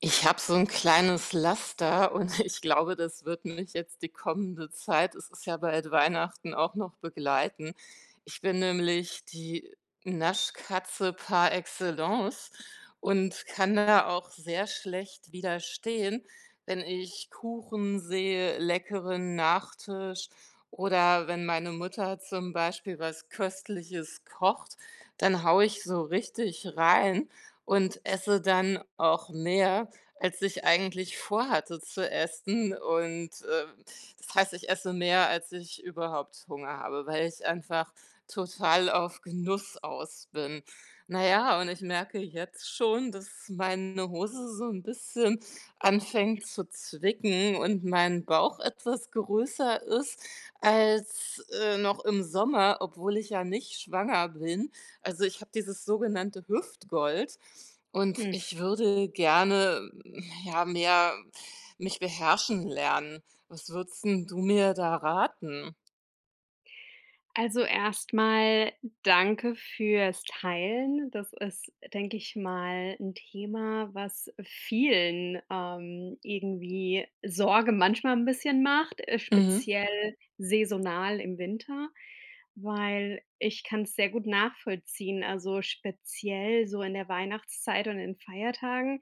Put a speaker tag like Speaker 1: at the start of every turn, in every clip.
Speaker 1: Ich habe so ein kleines Laster und ich glaube, das wird mich jetzt die kommende Zeit, es ist ja bald Weihnachten, auch noch begleiten. Ich bin nämlich die Naschkatze par excellence und kann da auch sehr schlecht widerstehen, wenn ich Kuchen sehe, leckeren Nachtisch oder wenn meine Mutter zum Beispiel was Köstliches kocht, dann haue ich so richtig rein und esse dann auch mehr, als ich eigentlich vorhatte zu essen. Das heißt, ich esse mehr, als ich überhaupt Hunger habe, weil ich einfach total auf Genuss aus bin. Naja, und ich merke jetzt schon, dass meine Hose so ein bisschen anfängt zu zwicken und mein Bauch etwas größer ist als noch im Sommer, obwohl ich ja nicht schwanger bin. Also, ich habe dieses sogenannte Hüftgold und
Speaker 2: Hm.
Speaker 1: ich würde gerne, ja, mehr mich beherrschen lernen. Was würdest 'n du mir da raten?
Speaker 2: Also erstmal danke fürs Teilen. Das ist, denke ich mal, ein Thema, was vielen, irgendwie Sorge manchmal ein bisschen macht,
Speaker 1: Mhm.
Speaker 2: speziell saisonal im Winter, weil ich kann es sehr gut nachvollziehen. Also, speziell so in der Weihnachtszeit und in Feiertagen,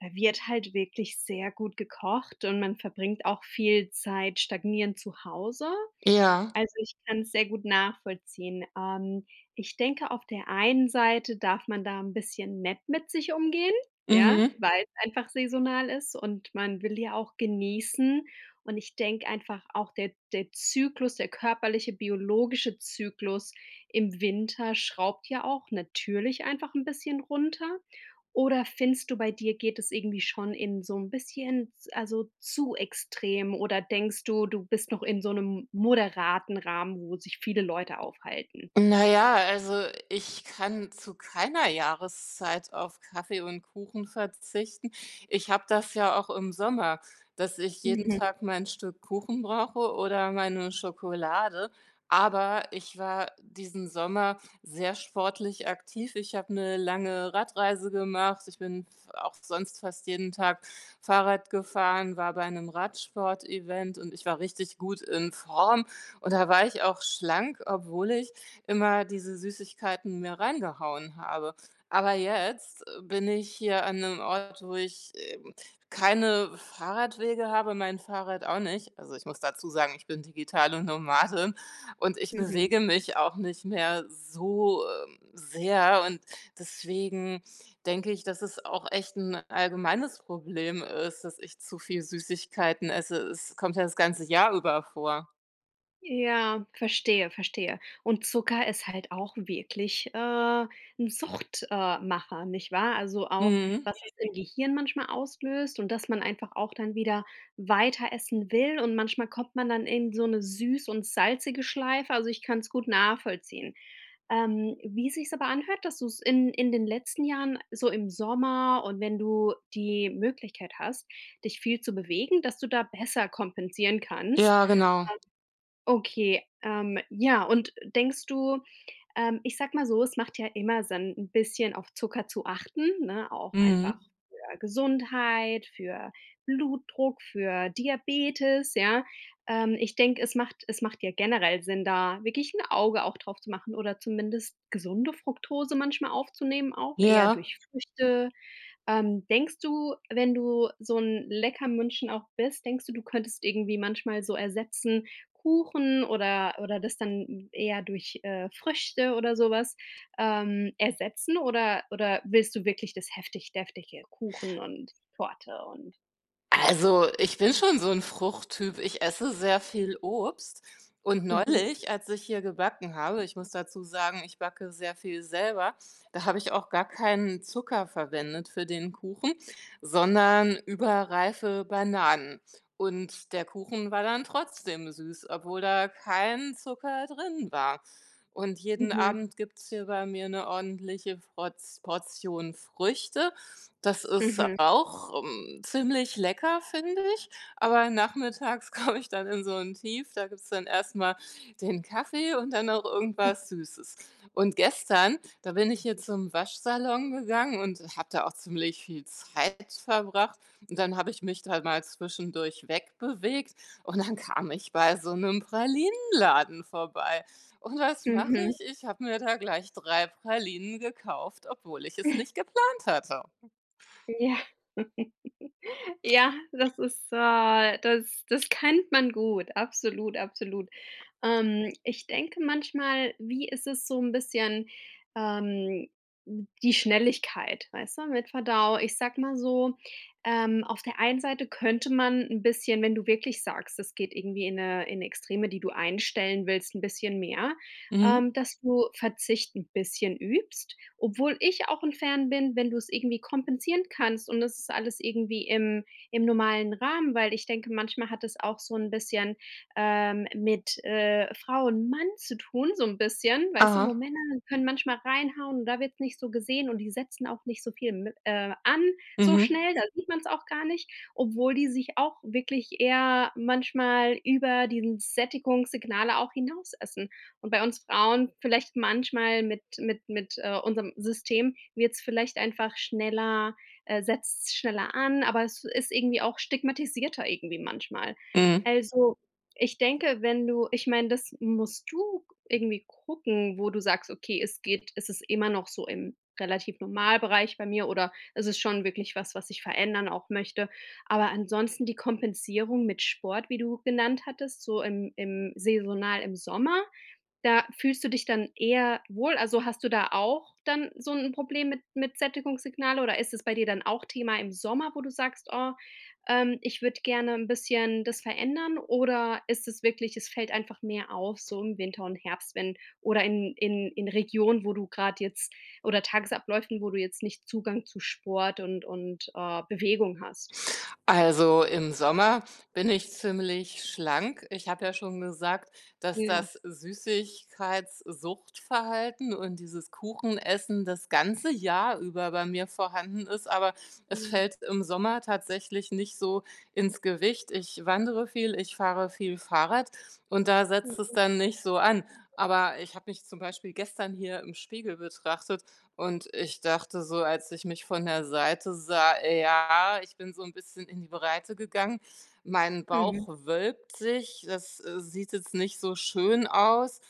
Speaker 2: da wird halt wirklich sehr gut gekocht und man verbringt auch viel Zeit stagnierend zu Hause.
Speaker 1: Ja.
Speaker 2: Also, ich kann es sehr gut nachvollziehen. Ich denke, auf der einen Seite darf man da ein bisschen nett mit sich umgehen, ja,
Speaker 1: Mhm.
Speaker 2: weil es einfach saisonal ist und man will ja auch genießen. Und ich denke einfach auch der Zyklus, der körperliche, biologische Zyklus im Winter schraubt ja auch natürlich einfach ein bisschen runter. Oder findest du, bei dir geht es irgendwie schon in so ein bisschen z also, zu extrem, oder denkst du, du bist noch in so einem moderaten Rahmen, wo sich viele Leute aufhalten?
Speaker 1: Na ja, also ich kann zu keiner Jahreszeit auf Kaffee und Kuchen verzichten. Ich habe das ja auch im Sommer, dass ich jeden
Speaker 2: Mhm,
Speaker 1: Tag mein Stück Kuchen brauche oder meine Schokolade. Aber ich war diesen Sommer sehr sportlich aktiv. Ich habe eine lange Radreise gemacht. Ich bin f Auch sonst fast jeden Tag Fahrrad gefahren, war bei einem Radsport-Event und ich war richtig gut in Form. Und da war ich auch schlank, obwohl ich immer diese Süßigkeiten mir reingehauen habe. Aber jetzt bin ich hier an einem Ort, wo ich, keine Fahrradwege habe, mein Fahrrad auch nicht. Also, ich muss dazu sagen, ich bin digitale Nomadin und ich
Speaker 2: mhm.
Speaker 1: bewege mich auch nicht mehr so, sehr, und deswegen denke ich, dass es auch echt ein allgemeines Problem ist, dass ich zu viel Süßigkeiten esse. Es kommt ja das ganze Jahr über vor.
Speaker 2: Ja, verstehe, verstehe. Und Zucker ist halt auch wirklich, 'n Sucht Macher, nicht wahr? Also, auch,
Speaker 1: Mhm.
Speaker 2: was es im Gehirn manchmal auslöst und dass man einfach auch dann wieder weiter essen will, und manchmal kommt man dann in so eine süß und salzige Schleife. Also, ich kann es gut nachvollziehen. Wie sich's aber anhört, dass du's in den letzten Jahren so im Sommer und wenn du die Möglichkeit hast, dich viel zu bewegen, dass du da besser kompensieren kannst.
Speaker 1: Ja, genau.
Speaker 2: Okay, ja, und denkst du ich sage mal so, es macht ja immer Sinn, ein bisschen auf Zucker zu achten, ne? Auch einfach
Speaker 1: Mhm.
Speaker 2: für Gesundheit, für Blutdruck, für Diabetes, ja? Ich denke, es macht ja generell Sinn, da wirklich ein Auge auch drauf zu machen oder zumindest gesunde Fructose manchmal aufzunehmen auch, eher
Speaker 1: Ja.
Speaker 2: durch Früchte. Denkst du, wenn du so 'n Leckermündchen auch bist, denkst du, du könntest irgendwie manchmal so ersetzen Kuchen oder das dann eher durch, Früchte oder so was, ersetzen, oder willst du wirklich das heftig deftige Kuchen und Torte und, ja?
Speaker 1: Also, ich bin schon so 'n Fruchttyp. Ich esse sehr viel Obst, und
Speaker 2: Mhm.
Speaker 1: neulich, als ich hier gebacken habe, ich muss dazu sagen, ich backe sehr viel selber, da habe ich auch gar keinen Zucker verwendet für den Kuchen, sondern überreife Bananen. Und der Kuchen war dann trotzdem süß, obwohl da kein Zucker drin war. Und jeden
Speaker 2: Mhm.
Speaker 1: Abend gibt's hier bei mir 'ne ordentliche Frotz Portion Früchte, das ist
Speaker 2: Mhm.
Speaker 1: auch, ziemlich lecker, finde ich, aber nachmittags komme ich dann in so ein Tief, da gibt's dann erst mal den Kaffee und dann noch irgendwas Süßes. Und gestern, da bin ich hier zum Waschsalon gegangen und habe da auch ziemlich viel Zeit verbracht und dann habe ich mich da mal zwischendurch wegbewegt und dann kam ich bei so einem Pralinenladen vorbei. Und was mache
Speaker 2: Mhm.
Speaker 1: ich? Ich habe mir da gleich 3 Pralinen gekauft, obwohl ich es nicht geplant hatte.
Speaker 2: Ja. Ja, das ist, äh, das kennt man gut. Absolut, absolut. Ich denke manchmal, wie ist es so ein bisschen, ähm, die Schnelligkeit, weißt du, mit Verdau, ich sag mal so, auf der einen Seite könnte man ein bisschen, wenn du wirklich sagst, es geht irgendwie in 'ne Extreme, die du einstellen willst, ein bisschen mehr,
Speaker 1: Mhm.
Speaker 2: dass du Verzicht ein bisschen übst, obwohl ich auch ein Fan bin, wenn du es irgendwie kompensieren kannst und das ist alles irgendwie im normalen Rahmen, weil ich denke, manchmal hat es auch so ein bisschen, mit, Frau und Mann zu tun, so ein bisschen, weißt du, wo
Speaker 1: Aha.
Speaker 2: Männer können manchmal reinhauen und da wird es nicht so gesehen und die setzen auch nicht so viel mi an so
Speaker 1: Mhm.
Speaker 2: schnell, da sieht man es auch gar nicht, obwohl die sich auch wirklich eher manchmal über diesen Sättigungssignale auch hinaus essen. Und bei uns Frauen vielleicht manchmal unserem System wird es vielleicht einfach schneller, setzt schneller an, aber es ist irgendwie auch stigmatisierter irgendwie manchmal.
Speaker 1: Mhm.
Speaker 2: Also, ich denke, wenn du, ich meine, das musst du irgendwie gucken, wo du sagst: „Okay, es ist immer noch so im relativ Normalbereich bei mir, oder es ist schon wirklich was, was ich verändern auch möchte.“ Aber ansonsten die Kompensierung mit Sport, wie du genannt hattest, so im saisonal im Sommer, da fühlst du dich dann eher wohl? Also, hast du da auch dann so 'n Problem mit Sättigungssignale, oder ist es bei dir dann auch Thema im Sommer, wo du sagst: „Oh, ich würde gerne 'n bisschen das verändern“? Oder ist es wirklich, es fällt einfach mehr auf so im Winter und Herbst, wenn oder in Regionen, wo du grad jetzt oder Tagesabläufen, wo du jetzt nicht Zugang zu Sport und, Bewegung hast?
Speaker 1: Also, im Sommer bin ich ziemlich schlank. Ich habe ja schon gesagt, dass
Speaker 2: Ja, ja.
Speaker 1: das Süßigkeitssuchtverhalten und dieses Kuchenessen das ganze Jahr über bei mir vorhanden ist, aber es
Speaker 2: Mhm.
Speaker 1: fällt im Sommer tatsächlich nicht so ins Gewicht. Ich wandere viel, ich fahre viel Fahrrad und da setzt es dann nicht so an. Aber ich habe mich zum Beispiel gestern hier im Spiegel betrachtet. Und ich dachte so, als ich mich von der Seite sah, ja, ich bin so ein bisschen in die Breite gegangen. Mein
Speaker 2: Mhm,
Speaker 1: Bauch wölbt sich. Das, sieht jetzt nicht so schön aus,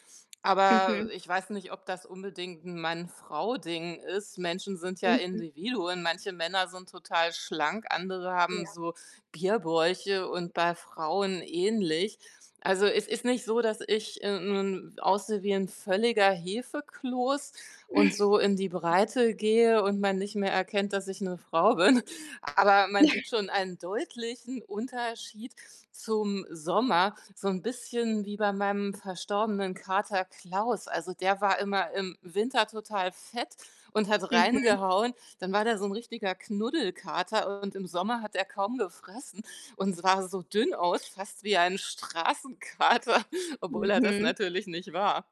Speaker 1: aber
Speaker 2: mhm,
Speaker 1: ich weiß nicht, ob das unbedingt 'n Mann-Frau-Ding ist. Menschen sind ja
Speaker 2: mhm.
Speaker 1: Individuen. Manche Männer sind total schlank, andere haben
Speaker 2: Ja.
Speaker 1: so Bierbäuche und bei Frauen ähnlich. Also, es ist nicht so, dass ich, nun aussehe wie ein völliger Hefekloß und so in die Breite gehe und man nicht mehr erkennt, dass ich eine Frau bin. Aber man sieht schon einen deutlichen Unterschied zum Sommer, so ein bisschen wie bei meinem verstorbenen Kater Klaus. Also, der war immer im Winter total fett und hat
Speaker 2: Mhm,
Speaker 1: reingehauen. Dann war der so ein richtiger Knuddelkater und im Sommer hat er kaum gefressen und sah so dünn aus, fast wie ein Straßenkater, obwohl er das
Speaker 2: mhm.
Speaker 1: natürlich nicht war.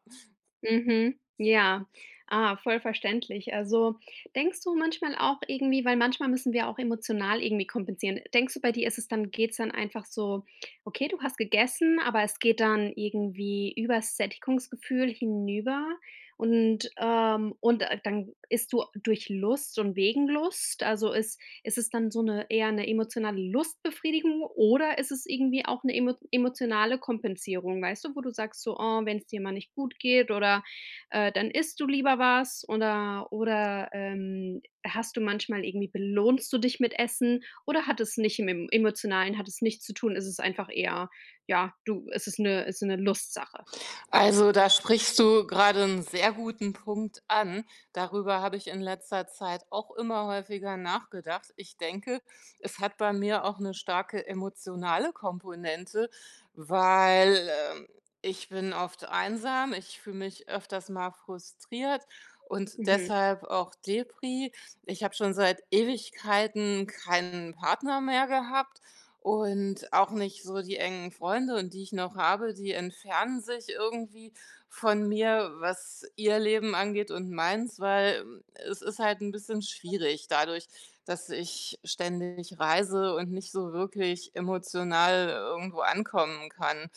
Speaker 2: Mhm, ja. Ah, voll verständlich. Also, denkst du manchmal auch irgendwie, weil manchmal müssen wir auch emotional irgendwie kompensieren. Denkst du, bei dir ist es dann, geht's dann einfach so, okay, du hast gegessen, aber es geht dann irgendwie übers Sättigungsgefühl hinüber und, dann isst du durch Lust und wegen Lust? Also, ist es dann so eine eher eine emotionale Lustbefriedigung oder ist es irgendwie auch eine emotionale Kompensierung, weißt du, wo du sagst so: „Oh, wenn es dir mal nicht gut geht oder, dann isst du lieber was“, oder, hast du manchmal irgendwie, belohnst du dich mit Essen, oder hat es nicht im Emotionalen, hat es nichts zu tun? Ist es einfach eher, ja, du es ist 'ne, ist eine Lustsache?
Speaker 1: Also, da sprichst du gerade einen sehr guten Punkt an. Darüber habe ich in letzter Zeit auch immer häufiger nachgedacht. Ich denke, es hat bei mir auch eine starke emotionale Komponente, weil, ähm, ich bin oft einsam, ich fühle mich öfters mal frustriert und
Speaker 2: Mhm,
Speaker 1: deshalb auch Depri. Ich habe schon seit Ewigkeiten keinen Partner mehr gehabt. Und auch nicht so die engen Freunde, und die ich noch habe, die entfernen sich irgendwie von mir, was ihr Leben angeht und meins, weil es ist halt ein bisschen schwierig dadurch, dass ich ständig reise und nicht so wirklich emotional irgendwo ankommen kann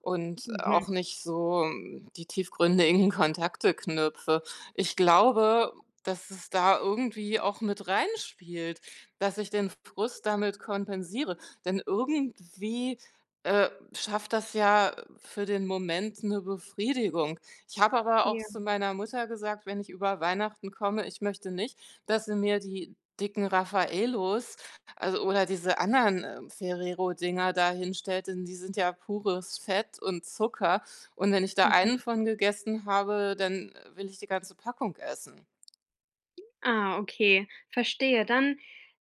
Speaker 1: und
Speaker 2: mhm,
Speaker 1: auch nicht so, die tiefgründigen Kontakte knüpfe. Ich glaube, dass es da irgendwie auch mit reinspielt, dass ich den Frust damit kompensiere. Denn irgendwie, schafft das ja für den Moment eine Befriedigung. Ich habe aber auch
Speaker 2: ja,
Speaker 1: zu meiner Mutter gesagt, wenn ich über Weihnachten komme, ich möchte nicht, dass sie mir die dicken Raffaellos, also oder diese anderen, Ferrero-Dinger da hinstellt, denn die sind ja pures Fett und Zucker. Und wenn ich da
Speaker 2: mhm.
Speaker 1: einen von gegessen habe, dann will ich die ganze Packung essen.
Speaker 2: Ah, okay, verstehe. Dann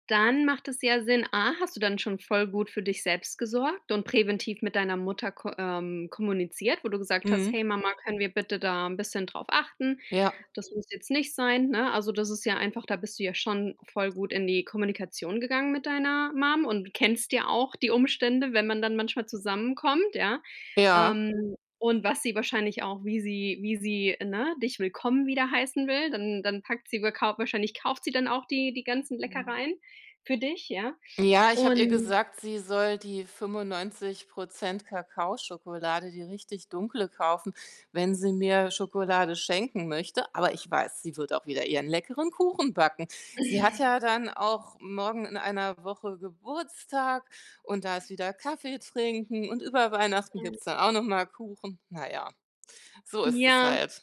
Speaker 2: dann macht es ja Sinn. A, hast du dann schon voll gut für dich selbst gesorgt und präventiv mit deiner Mutter ko kommuniziert, wo du gesagt hast: „Hey
Speaker 1: Mhm.
Speaker 2: Mama, können wir bitte da ein bisschen drauf achten?
Speaker 1: Ja,
Speaker 2: Das muss jetzt nicht sein“, ne? Also, das ist ja einfach, da bist du ja schon voll gut in die Kommunikation gegangen mit deiner Mom und kennst ja auch die Umstände, wenn man dann manchmal zusammenkommt, ja?
Speaker 1: ja.
Speaker 2: Ähm, und was sie wahrscheinlich auch, wie sie, ne, dich willkommen wieder heißen will, dann, dann packt sie wohl wahrscheinlich kauft sie dann auch die ganzen Leckereien für dich, ja?
Speaker 1: Ja, ich habe ihr
Speaker 2: Und
Speaker 1: gesagt, sie soll die 95 Kakaoschokolade, die richtig dunkle, kaufen, wenn sie mir Schokolade schenken möchte. Aber ich weiß, sie wird auch wieder ihren leckeren Kuchen backen. Sie hat ja dann auch morgen in einer Woche Geburtstag, und da ist wieder Kaffee trinken, und über Weihnachten gibt's dann auch noch mal Kuchen. Na ja, so ist es
Speaker 2: ja.
Speaker 1: halt.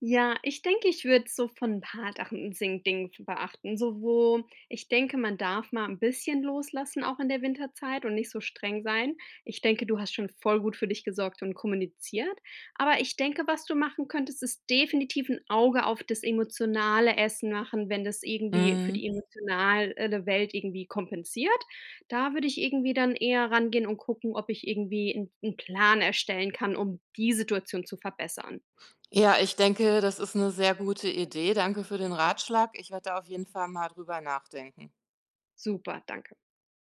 Speaker 2: Ja, ich denke, ich würde so von ein paar Sachen sing Dingen beachten, so wo ich denke, man darf mal ein bisschen loslassen, auch in der Winterzeit und nicht so streng sein. Ich denke, du hast schon voll gut für dich gesorgt und kommuniziert. Aber ich denke, was du machen könntest, ist definitiv ein Auge auf das emotionale Essen machen, wenn das irgendwie für
Speaker 1: Mhm.
Speaker 2: die emotionale Welt irgendwie kompensiert. Da würde ich irgendwie dann eher rangehen und gucken, ob ich irgendwie einen 'n Plan erstellen kann, um die Situation zu verbessern.
Speaker 1: Ja, ich denke, das ist eine sehr gute Idee. Danke für den Ratschlag. Ich werde da auf jeden Fall mal drüber nachdenken.
Speaker 2: Super, danke.